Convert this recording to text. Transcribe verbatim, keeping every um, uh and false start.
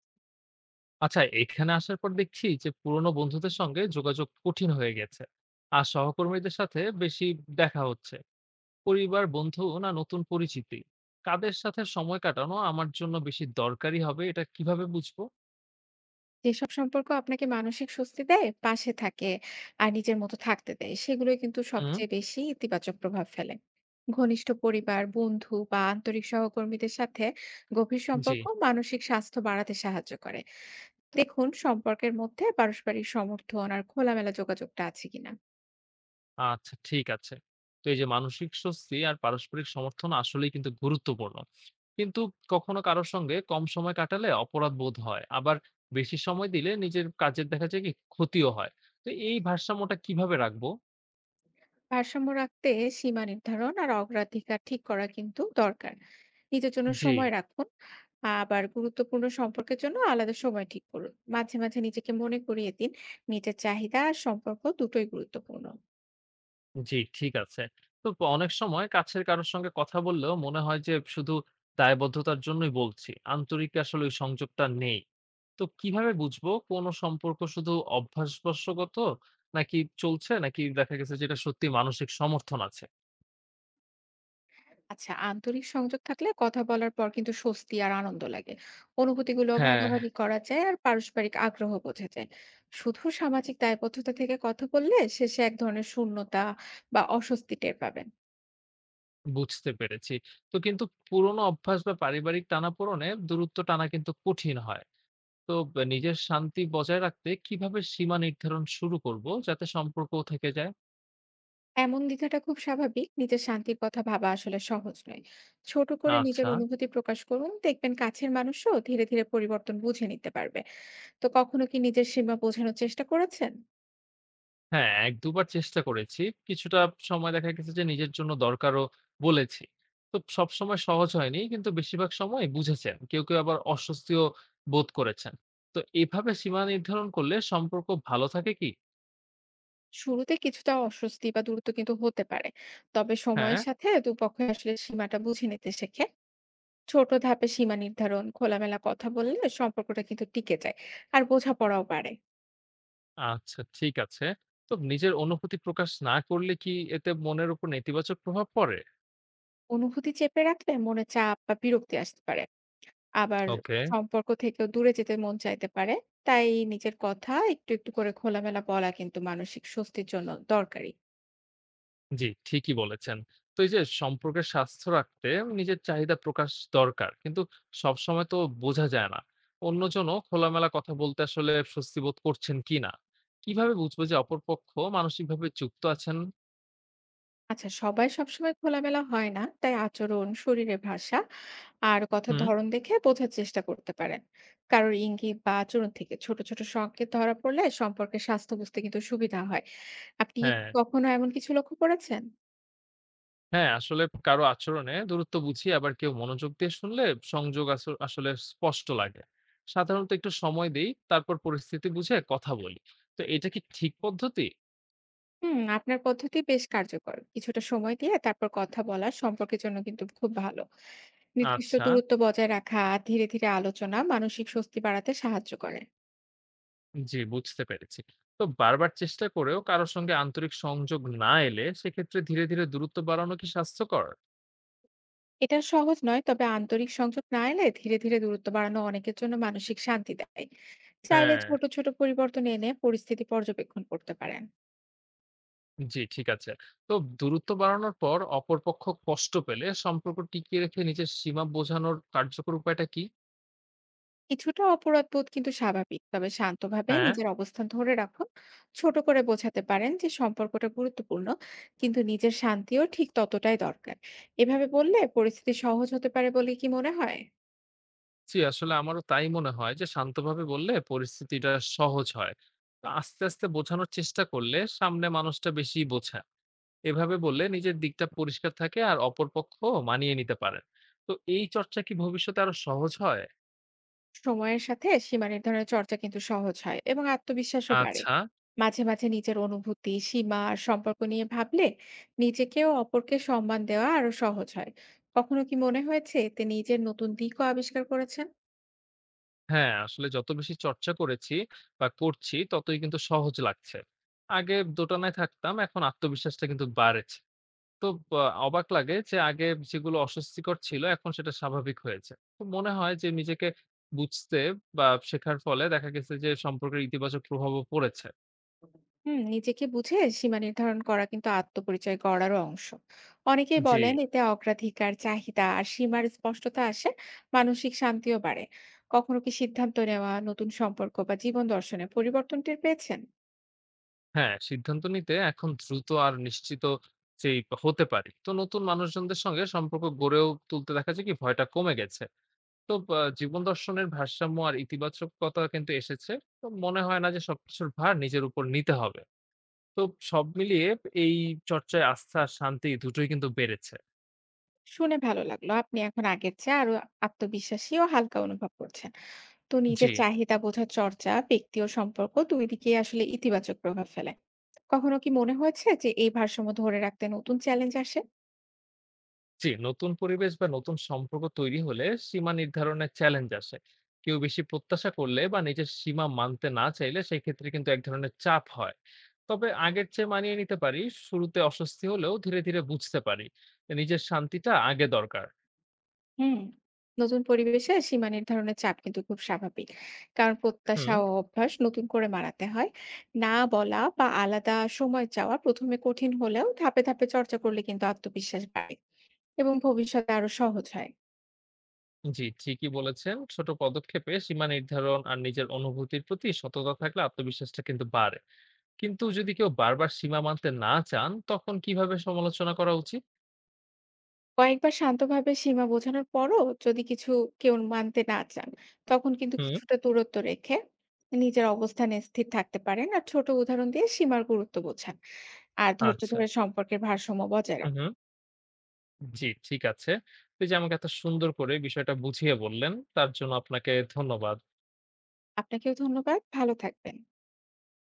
আচ্ছা এখানে আসার পর দেখছি যে পুরোনো বন্ধুদের সঙ্গে যোগাযোগ কঠিন হয়ে গেছে। আর সহকর্মীদের সাথে বেশি দেখা হচ্ছে। পরিবার বন্ধু না নতুন পরিচিতি, কাদের সাথে সময় কাটানো আমার জন্য বেশি দরকারি হবে এটা কিভাবে বুঝবো? যেসব সম্পর্ক আপনাকে মানসিক স্বস্তি দেয়, পাশে থাকে আর নিজের মতো থাকতে দেয়, সেগুলোই কিন্তু হুম। সবচেয়ে বেশি ইতিবাচক প্রভাব ফেলে। ঘনিষ্ঠ পরিবার, বন্ধু বা আন্তরিক সহকর্মীদের সাথে গভীর জি। সম্পর্ক মানসিক স্বাস্থ্য বাড়াতে সাহায্য করে। দেখুন সম্পর্কের মধ্যে পারস্পরিক সমর্থন আর খোলামেলা যোগাযোগটা আছে কিনা। আচ্ছা, ঠিক আছে। তো এই যে মানসিক স্বস্তি আর পারস্পরিক সমর্থন আসলেই কিন্তু গুরুত্বপূর্ণ, কিন্তু কখনো কারোর সঙ্গে কম সময় কাটালে অপরাধ বোধ হয়, আবার বেশি সময় দিলে নিজের কাজের দেখা যায় কি ক্ষতিও হয়। তো এই ভারসাম্যটা কিভাবে রাখবো? ভারসাম্য রাখতে সীমা নির্ধারণ আর অগ্রাধিকার ঠিক করা কিন্তু দরকার। নিজের জন্য জি, সময় রাখুন। আবার গুরুত্বপূর্ণ সম্পর্কের জন্য আলাদা সময় ঠিক করুন। মাঝে মাঝে নিজেকে মনে করিয়ে দিন, নিজের চাহিদা আর সম্পর্ক দুটোই গুরুত্বপূর্ণ। জি, ঠিক আছে। তো প অনেক সময় কাছের কারো সঙ্গে কথা বললেও মনে হয় যে শুধু দায়বদ্ধতার জন্যই বলছি। আন্তরিক আসলে ওই সংযোগটা নেই। তো কিভাবে বুঝবো কোন সম্পর্ক শুধু অভ্যাসবশগত নাকি চলছে, নাকি দেখা গেছে যে এটা সত্যি মানসিক সমর্থন আছে? আচ্ছা, আন্তরিক সংযোগ থাকলে কথা বলার পর কিন্তু স্বস্তি আর আনন্দ লাগে। অনুভূতিগুলো হ্যাঁ। ভাগাভাগি করা যায় আর পারস্পরিক আগ্রহ বোঝা যায়। শুধু সামাজিক দায়বদ্ধতা থেকে কথা বললে শেষে এক ধরনের শূন্যতা বা অস্বস্তি টের পাবেন। বুঝতে পেরেছি। তো কিন্তু পুরোনো অভ্যাস বা পারিবারিক টানাপোড়েনে দূরত্ব টানা কিন্তু কঠিন হয়। তো ব নিজের শান্তি বজায় রাখতে কিভাবে সীমা নির্ধারণ শুরু করব যাতে সম্পর্কও থেকে যায়? এমন দ্বিধাটা খুব স্বাভাবিক। নিজের শান্তির কথা ভাবা আসলে সহজ নয়। ছোট করে নিজের আচ্ছা। অনুভূতি প্রকাশ করুন। দেখবেন কাছের মানুষও ধীরে, ধীরে পরিবর্তন বুঝে নিতে পারবে। তো কখনো কি নিজের সীমা বোঝানোর চেষ্টা করেছেন? হ্যাঁ, এক দুই বার চেষ্টা করেছি। কিছুটা সময় দেখা গেছে যে নিজের জন্য দরকারও বলেছি। তো সবসময় সহজ হয়নি, কিন্তু বেশিরভাগ সময় বুঝেছেন। কেউ, কেউ আবার অস্বস্তিও বোধ করেছেন। তো এভাবে সীমা নির্ধারণ করলে সম্পর্ক ভালো থাকে কি? শুরুতে কিছুটা অস্বস্তি বা দূরত্ব কিন্তু হতে পারে। তবে হ্যাঁ, সময়ের সাথে দুপক্ষই আসলে সীমাটা বুঝে নিতে শেখে। ছোট ধাপে সীমা নির্ধারণ, খোলামেলা কথা বললে সম্পর্কটা কিন্তু টিকে যায়। আর বোঝাপড়াও বাড়ে। আচ্ছা, ঠিক আছে। তো নিজের অনুভূতি প্রকাশ না করলে কি এতে মনের উপর নেতিবাচক প্রভাব পড়ে? অনুভূতি চেপে রাখলে মনে চাপ বা বিরক্তি আসতে পারে। আবার ওকে। সম্পর্ক থেকেও দূরে যেতে মন চাইতে পারে। তাই নিজের কথা একটু, একটু করে খোলামেলা বলা কিন্তু মানসিক স্বস্তির জন্য দরকারি। জি, ঠিকই বলেছেন। তো এই যে সম্পর্কের স্বাস্থ্য রাখতে নিজের চাহিদা প্রকাশ দরকার। কিন্তু সবসময় তো বোঝা যায় না, অন্যজনও খোলামেলা কথা বলতে আসলে স্বস্তি বোধ করছেন কিনা। কিভাবে বুঝবো যে অপরপক্ষ মানসিকভাবে যুক্ত আছেন? আচ্ছা, সবাই সবসময় খোলামেলা হয় না। তাই আচরণ, শরীরের ভাষা আর কথার হুম। ধরন দেখে বোঝার চেষ্টা করতে পারেন। কারোর ইঙ্গিত বা আচরণ থেকে ছোট, ছোট সংকেত ধরা পড়লে সম্পর্কের স্বাস্থ্য বুঝতে কিন্তু সুবিধা হয়। আপনি কি হ্যাঁ, কখনো এমন কিছু লক্ষ্য করেছেন? হ্যাঁ, আসলে কারো আচরণে দূরত্ব বুঝি, আবার কেউ মনোযোগ দিয়ে শুনলে সংযোগ আস আসলে স্পষ্ট লাগে। সাধারণত একটু সময় দেই, তারপর পরিস্থিতি বুঝে কথা বলি। তো এটা কি ঠিক পদ্ধতি? হুম, আপনার পদ্ধতি বেশ কার্যকর। কিছুটা সময় দিয়ে তারপর কথা বলা সম্পর্কের জন্য কিন্তু খুব ভালো। নির্দিষ্ট আচ্ছা। দূরত্ব বজায় রাখা আর ধীরে ধীরে আলোচনা মানসিক স্বস্তি বাড়াতে সাহায্য করে। জি, বুঝতে পেরেছি। তো বারবার চেষ্টা করেও কারো সঙ্গে আন্তরিক সংযোগ না এলে সেক্ষেত্রে ধীরে, ধীরে দূরত্ব বাড়ানো কি স্বাস্থ্যকর? এটা সহজ নয়, তবে আন্তরিক সংযোগ না এলে ধীরে ধীরে দূরত্ব বাড়ানো অনেকের জন্য মানসিক শান্তি দেয়। চাইলে হ্যাঁ, ছোট ছোট পরিবর্তন এনে পরিস্থিতি পর্যবেক্ষণ করতে পারেন। জি, ঠিক আছে। তো দূরত্ব বাড়ানোর পর অপরপক্ষ কষ্ট পেলে সম্পর্ক টিকিয়ে রেখে নিজের সীমা বোঝানোর কার্যকর উপায়টা কি? কিছুটা অপরাধ বোধ কিন্তু স্বাভাবিক, তবে শান্তভাবে হ্যাঁ, নিজের অবস্থান ধরে রাখুন। ছোট করে বোঝাতে পারেন যে সম্পর্কটা গুরুত্বপূর্ণ, কিন্তু নিজের শান্তিও ঠিক ততটাই দরকার। এভাবে বললে পরিস্থিতি সহজ হতে পারে বলে কি মনে হয়? জি, আসলে আমারও তাই মনে হয় যে শান্তভাবে বললে পরিস্থিতিটা সহজ হয়। তো আস্তে, আস্তে বোঝানোর চেষ্টা করলে সামনে মানুষটা বেশি বোঝে। এভাবে বললে নিজের দিকটা পরিষ্কার থাকে আর অপর পক্ষ মানিয়ে নিতে পারেন। তো এই চর্চা কি ভবিষ্যতে আরো সহজ হয়? সময়ের সাথে সীমা নির্ধারণের চর্চা কিন্তু সহজ হয় এবং আত্মবিশ্বাসও বাড়ে। আচ্ছা, মাঝে মাঝে নিজের অনুভূতি, সীমা আর সম্পর্ক নিয়ে ভাবলে নিজেকে ও অপরকে সম্মান দেওয়া আরো সহজ হয়। কখনো কি মনে হয়েছে এতে নিজের নতুন দিকও আবিষ্কার করেছেন? হ্যাঁ, আসলে যত বেশি চর্চা করেছি বা করছি ততই কিন্তু সহজ লাগছে। আগে দোটানায় থাকতাম, এখন আত্মবিশ্বাসটা কিন্তু বাড়েছে। তো আ অবাক লাগে যে আগে যেগুলো অস্বস্তিকর ছিল এখন সেটা স্বাভাবিক হয়েছে। তো মনে হয় যে নিজেকে বুঝতে বা শেখার ফলে দেখা গেছে যে সম্পর্কের ইতিবাচক প্রভাবও পড়েছে। হুম, নিজেকে বুঝে সীমা নির্ধারণ করা কিন্তু আত্মপরিচয় গড়ারও অংশ। অনেকেই জি। বলেন এতে অগ্রাধিকার, চাহিদা আর সীমার স্পষ্টতা আসে। মানসিক শান্তিও বাড়ে। কখনো কি সিদ্ধান্ত নেওয়া, নতুন সম্পর্ক বা জীবন দর্শনে পরিবর্তন টের পেয়েছেন? হ্যাঁ, সিদ্ধান্ত নিতে এখন দ্রুত আর নিশ্চিত যেই হতে পারি। তো নতুন মানুষজনদের সঙ্গে সম্পর্ক গড়েও তুলতে দেখা যায় কি ভয়টা কমে গেছে। তো বা জীবন দর্শনের ভারসাম্য আর ইতিবাচকতা কিন্তু এসেছে। তো মনে হয় না যে সবকিছুর ভার নিজের উপর নিতে হবে। তো সব মিলিয়ে এই চর্চায় আস্থা আর শান্তি দুটোই কিন্তু বেড়েছে। শুনে ভালো লাগলো। আপনি এখন আগের চেয়ে আরো আত্মবিশ্বাসী ও হালকা অনুভব করছেন। তো জি। নিজের চাহিদা বোঝার চর্চা, ব্যক্তি ও সম্পর্ক দুই দিকেই আসলে ইতিবাচক প্রভাব ফেলে। কখনো কি মনে হয়েছে যে এই ভারসাম্য ধরে রাখতে নতুন চ্যালেঞ্জ আসে? জি, নতুন পরিবেশ বা নতুন সম্পর্ক তৈরি হলে সীমা নির্ধারণের চ্যালেঞ্জ আসে। কেউ বেশি প্রত্যাশা করলে বা নিজের সীমা মানতে না চাইলে সেক্ষেত্রে কিন্তু এক ধরনের চাপ হয়। তবে আগের চেয়ে মানিয়ে নিতে পারি। শুরুতে অস্বস্তি হলেও ধীরে, ধীরে বুঝতে পারি। নিজের শান্তিটা আগে দরকার। হুম, নতুন পরিবেশে সীমা নির্ধারণের চাপ কিন্তু খুব স্বাভাবিক। কারণ প্রত্যাশা হুম, ও অভ্যাস নতুন করে মানাতে হয়। না বলা বা আলাদা সময় চাওয়া প্রথমে কঠিন হলেও ধাপে ধাপে চর্চা করলে কিন্তু আত্মবিশ্বাস বাড়ে এবং ভবিষ্যতে আরো সহজ হয়। জি, ঠিকই বলেছেন। ছোট পদক্ষেপে সীমা নির্ধারণ আর নিজের অনুভূতির প্রতি সততা থাকলে আত্মবিশ্বাসটা কিন্তু বাড়ে। কিন্তু যদি কেউ বারবার সীমা মানতে না চান, তখন কিভাবে সমালোচনা করা উচিত? কয়েকবার শান্তভাবে সীমা বোঝানোর পরও যদি কিছু কেউ মানতে না চান, তখন কিন্তু হুম, কিছুটা দূরত্ব রেখে নিজের অবস্থানে স্থির থাকতে পারেন আর ছোট উদাহরণ দিয়ে সীমার গুরুত্ব বোঝান। আর ধৈর্য আচ্ছা। ধরে সম্পর্কের ভারসাম্য বজায় হু, হু। রাখুন। জি, ঠিক আছে। তো এই যে আমাকে এত সুন্দর করে বিষয়টা বুঝিয়ে বললেন, তার জন্য আপনাকে ধন্যবাদ। আপনাকেও ধন্যবাদ। ভালো থাকবেন।